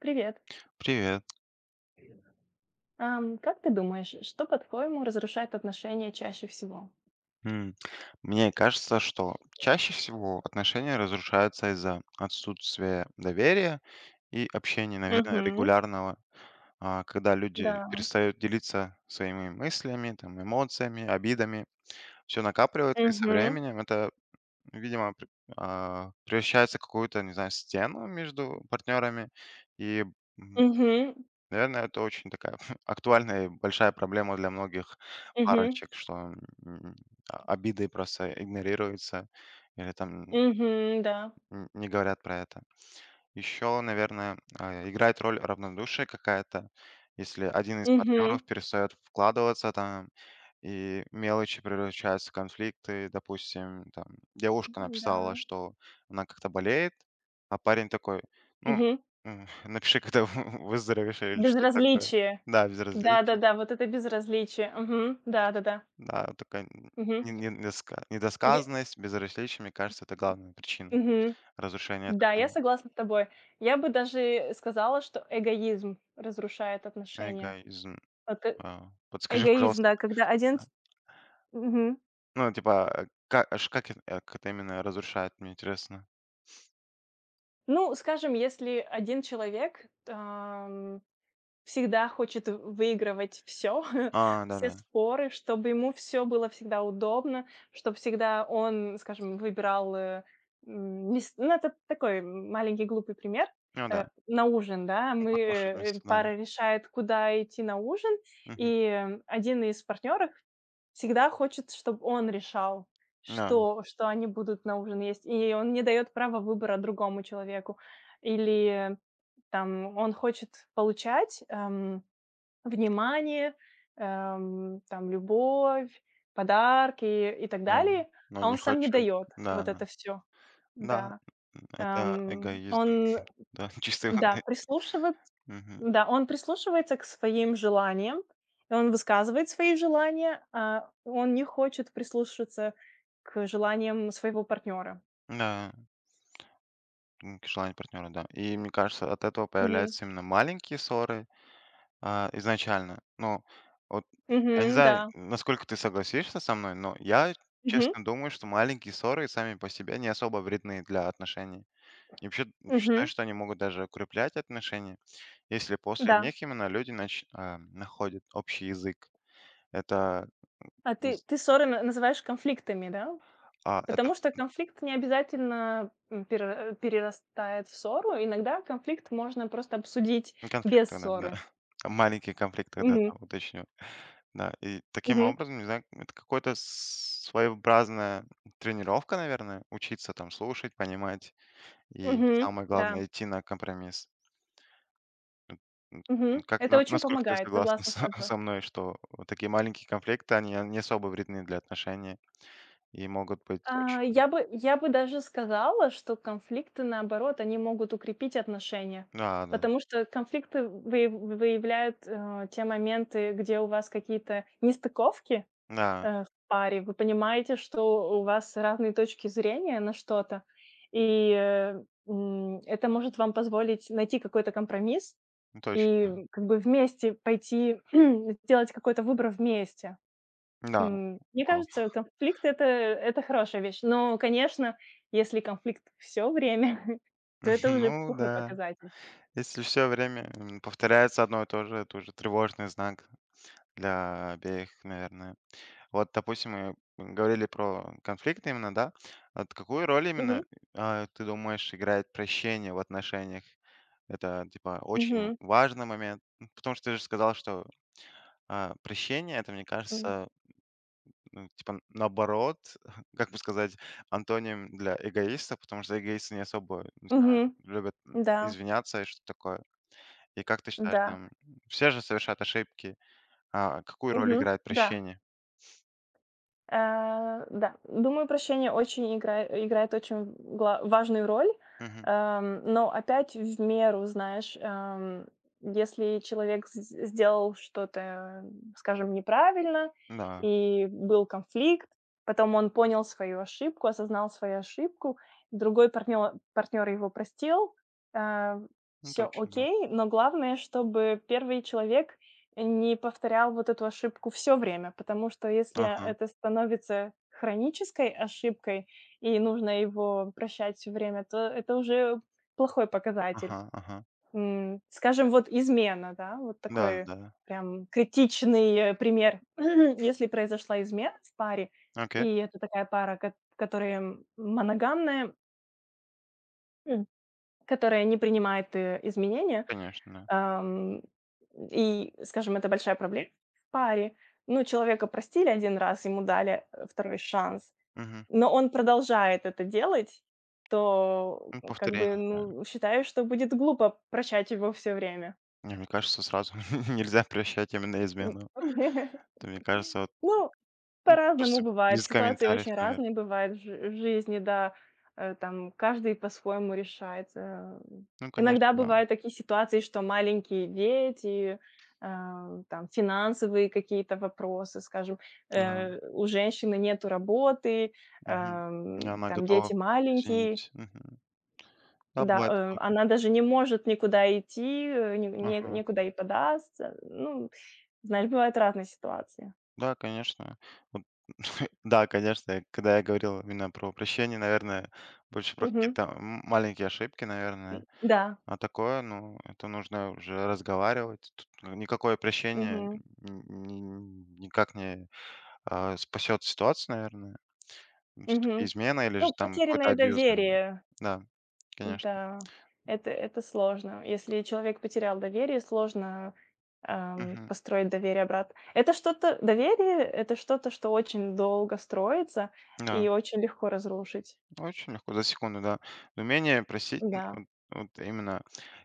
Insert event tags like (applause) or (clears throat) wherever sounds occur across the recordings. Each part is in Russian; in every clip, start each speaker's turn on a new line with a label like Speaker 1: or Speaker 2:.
Speaker 1: Привет.
Speaker 2: Привет.
Speaker 1: Как ты думаешь, что, по-твоему, разрушает отношения чаще всего?
Speaker 2: М, Мне кажется, что чаще всего отношения разрушаются из-за отсутствия доверия и общения, наверное,
Speaker 1: Мгм.
Speaker 2: регулярного. А когда люди
Speaker 1: Да.
Speaker 2: перестают делиться своими мыслями, там, эмоциями, обидами. Все накапливается, и со
Speaker 1: Мгм.
Speaker 2: временем это, видимо, превращается в какую-то, не знаю, стену между партнерами. И
Speaker 1: Мгм.
Speaker 2: наверное, это очень такая (laughs) актуальная и большая проблема для многих
Speaker 1: Мгм.
Speaker 2: парочек, что м, а обиды просто игнорируются, или там
Speaker 1: Мгм. Да.
Speaker 2: н не говорят про это. Еще, наверное, играет роль равнодушие какая-то. Если один из
Speaker 1: Мгм.
Speaker 2: партнеров перестает вкладываться там, и мелочи превращаются в конфликты. Допустим, там девушка написала,
Speaker 1: Да.
Speaker 2: что она как-то болеет, а парень такой: ну,
Speaker 1: Мгм.
Speaker 2: (laughs) напиши, когда (laughs) выздоровеешь, или что-то такое.
Speaker 1: Безразличие.
Speaker 2: Да, безразличие.
Speaker 1: Да-да-да, вот это безразличие. Мгм. Да-да-да.
Speaker 2: Да, вот такая н-
Speaker 1: Мгм.
Speaker 2: не- не- недоска-
Speaker 1: Я
Speaker 2: недосказанность, безразличие, мне кажется, это главная причина
Speaker 1: Мгм.
Speaker 2: разрушения
Speaker 1: Да, я
Speaker 2: отношений.
Speaker 1: согласна с тобой. Я бы даже сказала, что эгоизм разрушает отношения.
Speaker 2: Эгоизм.
Speaker 1: Вот,
Speaker 2: Подскажи, (laughs)
Speaker 1: эгоизм,
Speaker 2: пожалуйста.
Speaker 1: да, когда один. С
Speaker 2: Ну, типа, как это именно разрушает, мне интересно?
Speaker 1: Ну, скажем, если один человек, всегда хочет выигрывать все (laughs)
Speaker 2: А,
Speaker 1: все
Speaker 2: да-да.
Speaker 1: споры, чтобы ему все было всегда удобно, чтобы всегда он, скажем, выбирал. Э, м, не с Ну, это такой маленький глупый пример.
Speaker 2: Ну да,
Speaker 1: На ужин, да,
Speaker 2: ну,
Speaker 1: мы,
Speaker 2: покушать вместо, да.
Speaker 1: пара решает, куда идти на ужин,
Speaker 2: Мгм.
Speaker 1: и один из партнеров всегда хочет, чтобы он решал,
Speaker 2: Да,
Speaker 1: что они будут на ужин есть, и он не дает права выбора другому человеку. Или там он хочет получать внимание, там любовь, подарки и так
Speaker 2: да.
Speaker 1: далее,
Speaker 2: Но
Speaker 1: а
Speaker 2: не
Speaker 1: он сам не
Speaker 2: хочет.
Speaker 1: дает вот
Speaker 2: Да,
Speaker 1: это все.
Speaker 2: да,
Speaker 1: Да,
Speaker 2: это эгоизм,
Speaker 1: он,
Speaker 2: да, (laughs) чистой
Speaker 1: да,
Speaker 2: воды.
Speaker 1: прислушивает
Speaker 2: Мгм.
Speaker 1: да, он прислушивается к своим желаниям, и он высказывает свои желания, а он не хочет прислушиваться к желаниям своего партнера.
Speaker 2: Да, желание партнера, да. И мне кажется, от этого
Speaker 1: Мгм.
Speaker 2: появляются именно маленькие ссоры, изначально. Ну, вот, я не
Speaker 1: Мгм.
Speaker 2: знаю,
Speaker 1: Да.
Speaker 2: насколько ты согласишься со мной, но я
Speaker 1: Мгм.
Speaker 2: честно думаю, что маленькие ссоры сами по себе не особо вредны для отношений. И вообще, считаю,
Speaker 1: Мгм.
Speaker 2: что они могут даже укреплять отношения, если после
Speaker 1: Да.
Speaker 2: них именно люди находят общий язык. Это
Speaker 1: А ты
Speaker 2: из
Speaker 1: ты ссоры на называешь конфликтами, да?
Speaker 2: это
Speaker 1: Потому что конфликт не обязательно, перерастает в ссору. Иногда конфликт можно просто обсудить
Speaker 2: не конфликт
Speaker 1: без
Speaker 2: тогда, да.
Speaker 1: ссоры.
Speaker 2: (laughs) Маленький конфликт тогда,
Speaker 1: Мгм.
Speaker 2: да, уточню. Да, и таким
Speaker 1: Мгм.
Speaker 2: образом, не знаю, это какой-то своеобразная тренировка, наверное: учиться там слушать, понимать и,
Speaker 1: Мгм.
Speaker 2: самое
Speaker 1: Да.
Speaker 2: главное, идти на компромисс. М,
Speaker 1: Мгм.
Speaker 2: как
Speaker 1: Это
Speaker 2: на
Speaker 1: очень
Speaker 2: Насколько ты
Speaker 1: помогает,
Speaker 2: согласна
Speaker 1: согласна с
Speaker 2: со
Speaker 1: тобой.
Speaker 2: (laughs) со мной, что вот такие маленькие конфликты, они, не особо вредны для отношений и могут быть очень.
Speaker 1: Я бы даже сказала, что конфликты, наоборот, они могут укрепить отношения,
Speaker 2: Да, да,
Speaker 1: потому что конфликты выявляют, те моменты, где у вас какие-то нестыковки.
Speaker 2: да,
Speaker 1: В паре вы понимаете, что у вас разные точки зрения на что-то, и это может вам позволить найти какой-то компромисс
Speaker 2: ну
Speaker 1: и
Speaker 2: точно,
Speaker 1: как бы вместе пойти (clears throat) сделать какой-то выбор вместе.
Speaker 2: да,
Speaker 1: Мне
Speaker 2: вау.
Speaker 1: кажется, конфликт — это хорошая вещь. Но, конечно, если конфликт все время, (laughs) то это
Speaker 2: (laughs)
Speaker 1: уже
Speaker 2: Ну
Speaker 1: плохой
Speaker 2: да,
Speaker 1: показатель.
Speaker 2: если все время, повторяется одно и то же, это уже тревожный знак для обеих, наверное. Вот, допустим, мы говорили про конфликт именно, да? Вот какую роль
Speaker 1: Мгм,
Speaker 2: именно, ты думаешь, играет прощение в отношениях? Это, типа, очень
Speaker 1: мгм,
Speaker 2: важный момент, потому что ты же сказал, что, прощение — это, мне
Speaker 1: м,
Speaker 2: кажется... Ну, типа, наоборот, (laughs) как бы сказать, антоним для эгоиста, потому что эгоисты не особо, не
Speaker 1: мгм,
Speaker 2: знаю, любят
Speaker 1: да,
Speaker 2: извиняться и что такое. И как ты считаешь,
Speaker 1: да,
Speaker 2: там, все же совершают ошибки, а какую роль
Speaker 1: мгм,
Speaker 2: играет
Speaker 1: да.
Speaker 2: прощение?
Speaker 1: Да, думаю, прощение очень играет очень гла важную роль,
Speaker 2: Мгм.
Speaker 1: но опять в меру, знаешь. Если человек с сделал что-то, скажем, неправильно,
Speaker 2: Да,
Speaker 1: и был конфликт, потом он понял свою ошибку, осознал свою ошибку, другой партнер его простил, все,
Speaker 2: ну точно, да.
Speaker 1: окей. Но главное, чтобы первый человек не повторял вот эту ошибку все время, потому что если
Speaker 2: Ага,
Speaker 1: это становится хронической ошибкой и нужно его прощать все время, то это уже плохой показатель.
Speaker 2: ага, ага.
Speaker 1: Скажем, вот измена, да, вот
Speaker 2: Да,
Speaker 1: такой
Speaker 2: да. Да.
Speaker 1: прям критичный, пример. (clears throat) Если произошла измена в паре,
Speaker 2: Окей,
Speaker 1: и это такая пара, которая моногамная, м, которая не принимает, изменения.
Speaker 2: конечно, да.
Speaker 1: Ам, и, скажем, это большая проблема в паре. Ну, человека простили один раз, ему дали, 2-й шанс,
Speaker 2: Мгм.
Speaker 1: но он продолжает это делать, то,
Speaker 2: Ну,
Speaker 1: как бы,
Speaker 2: повторение, да.
Speaker 1: ну, считаю, что будет глупо прощать его все время.
Speaker 2: Не, мне кажется, сразу (laughs) нельзя прощать именно измену.
Speaker 1: (laughs)
Speaker 2: Это, мне кажется, вот
Speaker 1: Ну, по-разному
Speaker 2: просто
Speaker 1: бывает.
Speaker 2: без
Speaker 1: Ситуации
Speaker 2: комментариев,
Speaker 1: очень
Speaker 2: наверное.
Speaker 1: разные бывают в жизни, да. Там каждый по-своему решает.
Speaker 2: Ну, конечно,
Speaker 1: Иногда
Speaker 2: да.
Speaker 1: бывают такие ситуации, что маленькие дети, там финансовые какие-то вопросы, скажем,
Speaker 2: Да.
Speaker 1: у женщины нету работы,
Speaker 2: Мгм. И она
Speaker 1: там дети
Speaker 2: готова
Speaker 1: маленькие.
Speaker 2: извинить. Мгм. Да,
Speaker 1: Да,
Speaker 2: бывает такое. Кон
Speaker 1: она даже не может никуда идти, э, не не
Speaker 2: Ага.
Speaker 1: некуда и податься. Ну, знаешь, бывают разные ситуации.
Speaker 2: Да, конечно. Вот, (laughs) да, конечно, я когда я говорил именно про прощение, наверное, больше про
Speaker 1: Мгм.
Speaker 2: какие-то маленькие ошибки,
Speaker 1: И
Speaker 2: наверное.
Speaker 1: да.
Speaker 2: А такое, ну, это нужно уже разговаривать. Тут никакое прощение
Speaker 1: Мгм.
Speaker 2: н ни никак не спасет ситуацию, наверное. Ну, всё-таки
Speaker 1: Мгм.
Speaker 2: измена или же
Speaker 1: Ну,
Speaker 2: там какой-то
Speaker 1: потерянное
Speaker 2: абьюз, наверно.
Speaker 1: доверие,
Speaker 2: Да, конечно.
Speaker 1: да, это сложно. Если человек потерял доверие, сложно,
Speaker 2: Мгм.
Speaker 1: построить доверие обратно. Это что-то Доверие — это что-то, что очень долго строится и
Speaker 2: Да.
Speaker 1: очень легко разрушить.
Speaker 2: Очень легко, за секунду, да. Умение просить,
Speaker 1: Да.
Speaker 2: вот именно,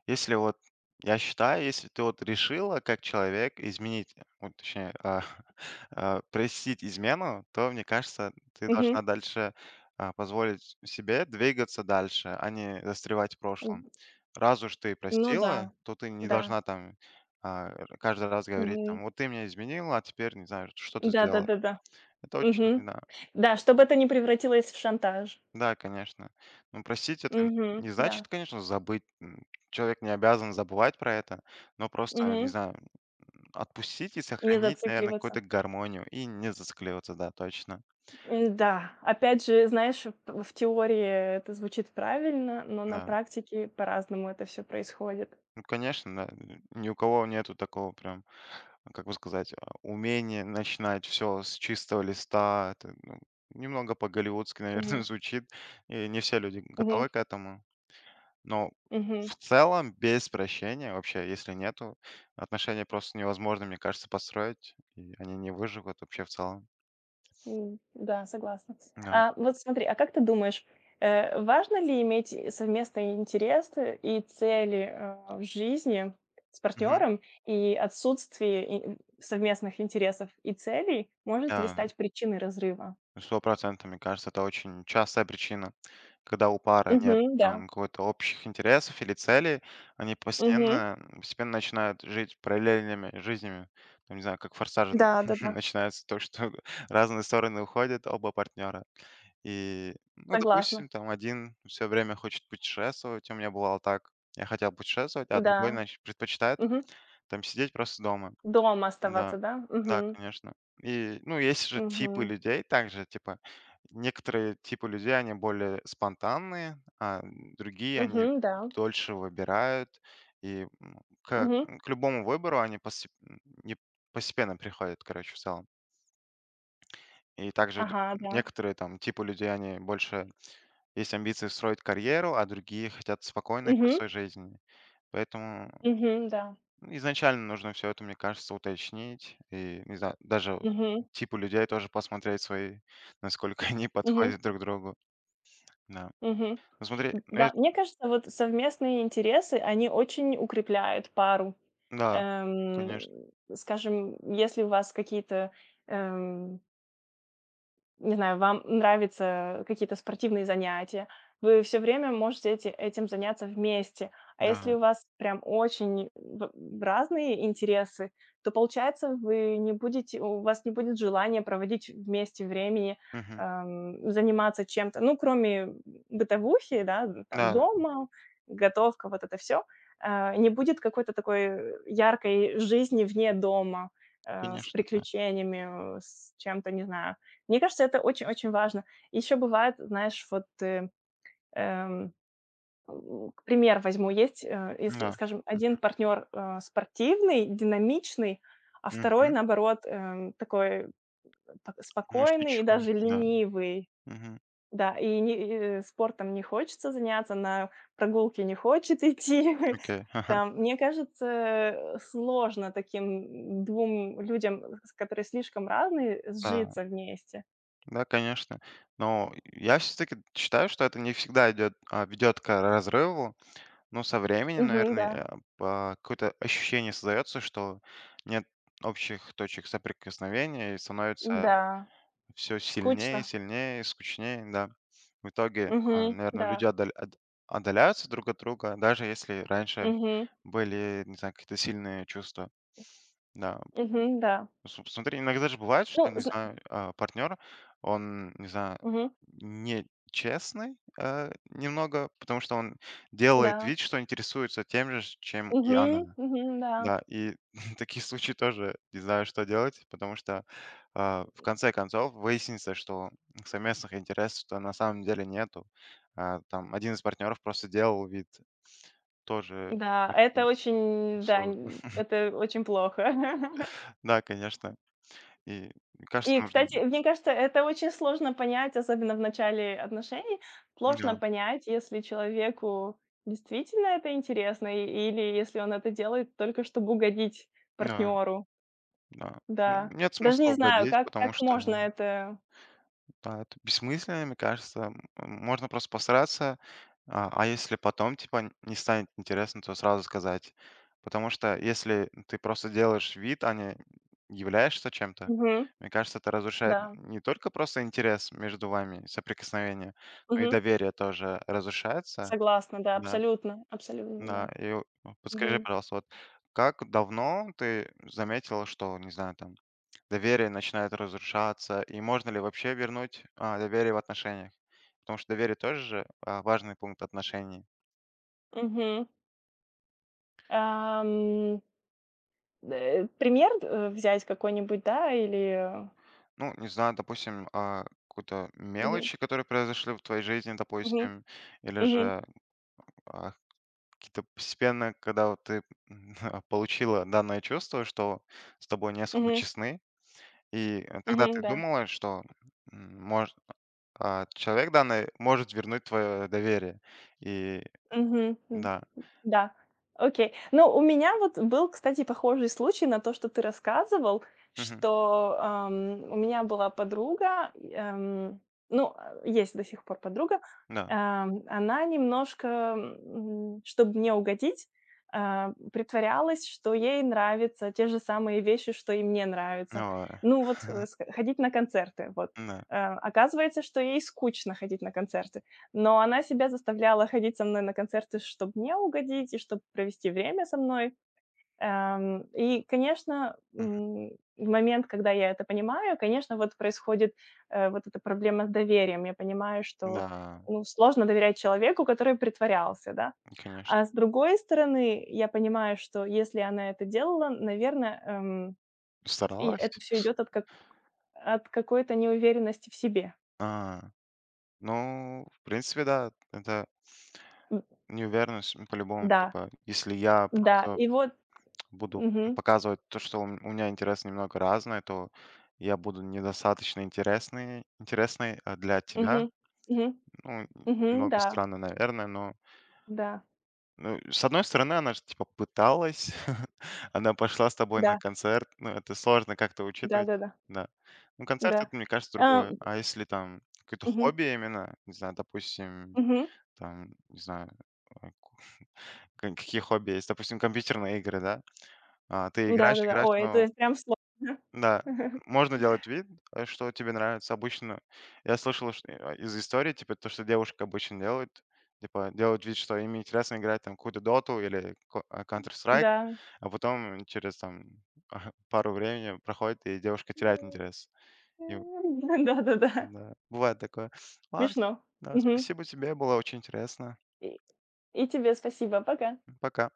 Speaker 2: если вот я считаю, если ты вот решила как человек изменить, вот точнее, (laughs) простить измену, то, мне кажется, ты
Speaker 1: Мгм.
Speaker 2: должна дальше позволить себе двигаться дальше, а не застревать в прошлом.
Speaker 1: М,
Speaker 2: Раз уж ты
Speaker 1: ну да.
Speaker 2: простила, то ты не
Speaker 1: Да.
Speaker 2: должна там а, каждый раз говорить,
Speaker 1: Мгм.
Speaker 2: там, вот ты меня изменила, а теперь, не знаю, что ты сделала.
Speaker 1: Да-да-да-да.
Speaker 2: Это очень,
Speaker 1: Мгм.
Speaker 2: да,
Speaker 1: Да, чтобы это не превратилось в шантаж.
Speaker 2: да, конечно. Ну, простить это
Speaker 1: Мгм.
Speaker 2: не
Speaker 1: Да.
Speaker 2: значит, конечно, забыть. Человек не обязан забывать про это, но просто, не
Speaker 1: Мгм.
Speaker 2: знаю, отпустить и
Speaker 1: Не
Speaker 2: сохранить, наверное,
Speaker 1: зацикливаться.
Speaker 2: какую-то гармонию и не зацикливаться, да, точно.
Speaker 1: Да, опять же, знаешь, в теории это звучит правильно, но на
Speaker 2: Да.
Speaker 1: практике по-разному это все происходит.
Speaker 2: Ну, конечно, да. Ни у кого нету такого, прям, как бы сказать, умения начинать все с чистого листа. Это, ну, немного по-голливудски, (laughs) наверное,
Speaker 1: Мгм.
Speaker 2: звучит, и не все люди
Speaker 1: Мгм.
Speaker 2: готовы к этому. Но
Speaker 1: Мгм.
Speaker 2: в целом без прощения вообще, если нету, отношения просто невозможно, мне кажется, построить, и они не выживут вообще в целом.
Speaker 1: Да, согласна.
Speaker 2: Да.
Speaker 1: А вот смотри, а как ты думаешь, важно ли иметь, совместные интересы и цели, в жизни с
Speaker 2: Мгм.
Speaker 1: партнером? И отсутствие совместных интересов и целей может ли
Speaker 2: Да,
Speaker 1: стать причиной разрыва?
Speaker 2: 100%, мне кажется, это очень частая причина, когда у пары нет
Speaker 1: Мгм, да.
Speaker 2: там какой-то общих интересов или целей, они
Speaker 1: Мгм.
Speaker 2: постепенно начинают жить параллельными жизнями. Там, не знаю, как «Форсаж» (laughs)
Speaker 1: Да-да-да.
Speaker 2: начинается, то, что (laughs) разные стороны уходят, оба партнера. И, ну,
Speaker 1: Согласна.
Speaker 2: допустим, там один все время хочет путешествовать. У меня бывало так. Я хотел путешествовать, а другой,
Speaker 1: Да.
Speaker 2: значит, предпочитает
Speaker 1: Мгм.
Speaker 2: там сидеть просто дома.
Speaker 1: Дома
Speaker 2: Да,
Speaker 1: оставаться, да?
Speaker 2: да,
Speaker 1: Мгм.
Speaker 2: конечно. И, ну, есть же типы
Speaker 1: Мгм.
Speaker 2: людей также, типа, некоторые типы людей, они более спонтанные, а другие, они
Speaker 1: Мгм, да.
Speaker 2: дольше выбирают. И к,
Speaker 1: Мгм.
Speaker 2: к любому выбору они не- постепенно приходят, короче, в целом. И также
Speaker 1: Ага, да.
Speaker 2: некоторые там типы людей, они больше. Есть амбиции строить карьеру, а другие хотят спокойной,
Speaker 1: Мгм.
Speaker 2: простой жизни. Поэтому,
Speaker 1: Мгм, да.
Speaker 2: ну, изначально нужно все это, мне кажется, уточнить. И, не знаю, даже вот
Speaker 1: Мгм.
Speaker 2: типу людей тоже посмотреть свои, насколько (laughs) они
Speaker 1: Мгм.
Speaker 2: подходят друг другу. Да.
Speaker 1: Мгм.
Speaker 2: Ну, смотри, ну,
Speaker 1: Да, мне кажется, вот совместные интересы, они очень укрепляют пару.
Speaker 2: да,
Speaker 1: Эм,
Speaker 2: конечно,
Speaker 1: скажем, если у вас какие-то, эм Не знаю, вам нравятся какие-то спортивные занятия, вы все время можете этим заняться вместе. А если
Speaker 2: да.
Speaker 1: у вас прям очень в разные интересы, то, получается, вы не будете у вас не будет желания проводить вместе времени,
Speaker 2: Мгм.
Speaker 1: заниматься чем-то, ну, кроме бытовухи, да, там,
Speaker 2: Да,
Speaker 1: дома, готовка, вот это все. Не будет какой-то такой яркой жизни вне дома, с
Speaker 2: конечно, да.
Speaker 1: приключениями, с чем-то, не знаю, мне кажется, это очень-очень важно. Еще бывает, знаешь, вот, эм, к пример возьму, есть, если,
Speaker 2: Да.
Speaker 1: скажем, один партнер, спортивный, динамичный, а второй,
Speaker 2: Мгм.
Speaker 1: наоборот, такой п
Speaker 2: Ну,
Speaker 1: спокойный и
Speaker 2: усидчивый,
Speaker 1: даже
Speaker 2: да.
Speaker 1: ленивый.
Speaker 2: Мгм.
Speaker 1: Да, и не и э, спортом не хочется заняться, на прогулки не хочет идти. (laughs)
Speaker 2: Окей. (laughs)
Speaker 1: Там, мне кажется, сложно таким двум людям, с которые слишком разные,
Speaker 2: Да.
Speaker 1: сжиться вместе.
Speaker 2: Да, конечно. Но я все-таки считаю, что это не всегда идет, ведет к разрыву. Ну, со временем,
Speaker 1: Мгм, да,
Speaker 2: наверное, какое-то ощущение создается, что нет общих точек соприкосновения, и становится
Speaker 1: да.
Speaker 2: все сильнее,
Speaker 1: Скучно.
Speaker 2: сильнее, скучнее, да. В итоге,
Speaker 1: Мгм.
Speaker 2: наверное,
Speaker 1: Да.
Speaker 2: люди отдаль от отдаляются друг от друга, даже если раньше
Speaker 1: Мгм.
Speaker 2: были, не знаю, какие-то сильные чувства, да.
Speaker 1: Мгм. Да.
Speaker 2: Ну, см смотри, иногда же бывает, что,
Speaker 1: Ну,
Speaker 2: не
Speaker 1: зна
Speaker 2: знаю, партнер, он, не знаю,
Speaker 1: мгм.
Speaker 2: не честный, немного, потому что он делает
Speaker 1: Да.
Speaker 2: вид, что интересуется тем же, чем и
Speaker 1: Мгм.
Speaker 2: она.
Speaker 1: Мгм. Да.
Speaker 2: Да, и (laughs) такие случаи тоже не знаю, что делать, потому что, в конце концов выяснится, что совместных интересов-то на самом деле нету. Там один из партнеров просто делал вид. Тоже
Speaker 1: Да, это
Speaker 2: очень
Speaker 1: очень, да,
Speaker 2: сложно.
Speaker 1: н
Speaker 2: (laughs)
Speaker 1: это очень плохо. (laughs)
Speaker 2: Да, конечно. И мне кажется,
Speaker 1: И,
Speaker 2: нужно.
Speaker 1: кстати, мне кажется, это очень сложно понять, особенно в начале отношений. Сложно
Speaker 2: Да,
Speaker 1: понять, если человеку действительно это интересно или если он это делает только чтобы угодить
Speaker 2: да.
Speaker 1: партнеру.
Speaker 2: Да. М,
Speaker 1: Да.
Speaker 2: нет
Speaker 1: Даже
Speaker 2: смысла
Speaker 1: не знаю,
Speaker 2: угодить,
Speaker 1: как
Speaker 2: потому что,
Speaker 1: можно это.
Speaker 2: да, это бессмысленно, мне кажется. Можно просто постараться, а если потом, типа, н не станет интересно, то сразу сказать. Потому что если ты просто делаешь вид, а не являешься чем-то,
Speaker 1: Мгм.
Speaker 2: мне кажется, это разрушает
Speaker 1: Да.
Speaker 2: не только просто интерес между вами, соприкосновение, но и доверие тоже разрушается.
Speaker 1: Согласна, да,
Speaker 2: Да,
Speaker 1: абсолютно, абсолютно, да.
Speaker 2: да. И, подскажи,
Speaker 1: Мгм.
Speaker 2: пожалуйста, вот, как давно ты заметила, что, не знаю, там доверие начинает разрушаться. И можно ли вообще вернуть, доверие в отношениях? Потому что доверие тоже же, важный пункт отношений.
Speaker 1: Мгм. Ам, пример, взять какой-нибудь, да, или
Speaker 2: Ну, не знаю, допустим, какую-то
Speaker 1: мгм,
Speaker 2: мелочи, которые произошли в твоей жизни,
Speaker 1: мгм,
Speaker 2: допустим, или
Speaker 1: мгм,
Speaker 2: же а, какие-то постепенно, когда вот ты (laughs) получила данное чувство, что с тобой не особо
Speaker 1: мгм,
Speaker 2: честны, и тогда
Speaker 1: мгм,
Speaker 2: ты
Speaker 1: да.
Speaker 2: думала, что м, мож- человек данный может вернуть твое доверие. И
Speaker 1: Мгм.
Speaker 2: да,
Speaker 1: Да. Окей. Ну, у меня вот был, кстати, похожий случай на то, что ты рассказывал,
Speaker 2: мгм,
Speaker 1: что, у меня была подруга, и, ну, есть до сих пор подруга.
Speaker 2: да.
Speaker 1: Она немножко, чтоб мне угодить, притворялась, что ей нравятся те же самые вещи, что и мне нравятся.
Speaker 2: Ой.
Speaker 1: Ну, вот, э,
Speaker 2: (laughs)
Speaker 1: ск ходить на концерты, вот.
Speaker 2: Да.
Speaker 1: Оказывается, что ей скучно ходить на концерты. Но она себя заставляла ходить со мной на концерты, чтобы мне угодить и чтобы провести время со мной. И, конечно,
Speaker 2: Мгм.
Speaker 1: в момент, когда я это понимаю, конечно, вот происходит, вот эта проблема с доверием. Я понимаю, что,
Speaker 2: Да,
Speaker 1: ну, сложно доверять человеку, который притворялся, да.
Speaker 2: конечно.
Speaker 1: А с другой стороны, я понимаю, что если она это делала, наверное, и
Speaker 2: Старалась?
Speaker 1: это все идет от какой-то неуверенности в себе.
Speaker 2: А, ну, в принципе, да, это
Speaker 1: М,
Speaker 2: неуверенность, по-любому.
Speaker 1: да,
Speaker 2: Типа, если я
Speaker 1: да.
Speaker 2: просто
Speaker 1: И вот
Speaker 2: буду
Speaker 1: мгм.
Speaker 2: показывать то, что у меня интерес немного разный, то я буду недостаточно интересный для тебя.
Speaker 1: Мгм. Мгм.
Speaker 2: Ну,
Speaker 1: Мгм.
Speaker 2: немного
Speaker 1: Да,
Speaker 2: странно, наверное, но...
Speaker 1: да,
Speaker 2: Ну, с одной стороны, она же, типа, пыталась. (laughs) Она пошла с тобой на
Speaker 1: да,
Speaker 2: концерт. Ну, это сложно как-то учитывать.
Speaker 1: да-да-да, да, да,
Speaker 2: Да. Ну, концерт —
Speaker 1: да.
Speaker 2: это, мне кажется,
Speaker 1: А,
Speaker 2: другое. А если там какое-то
Speaker 1: мгм,
Speaker 2: хобби именно, не знаю, допустим,
Speaker 1: мгм.
Speaker 2: там, не знаю, ку ка какие хобби есть? Допустим, компьютерные игры, да? Ты играешь,
Speaker 1: Да-да-да.
Speaker 2: играешь,
Speaker 1: Ой,
Speaker 2: но,
Speaker 1: это прям сложно.
Speaker 2: да,
Speaker 1: (laughs)
Speaker 2: можно делать вид, что тебе нравится. Обычно я слышал, что, из истории, типа, то, что девушка обычно делает, типа, делают вид, что им интересно играть там какую-то доту или Counter-Strike,
Speaker 1: Да.
Speaker 2: а потом через там (laughs) пару времени проходит, и девушка теряет
Speaker 1: (laughs)
Speaker 2: интерес. И,
Speaker 1: Да-да-да.
Speaker 2: да, бывает такое. Ладно,
Speaker 1: Смешно.
Speaker 2: да,
Speaker 1: Мгм.
Speaker 2: спасибо тебе, было очень интересно.
Speaker 1: И и тебе спасибо. Пока.
Speaker 2: Пока.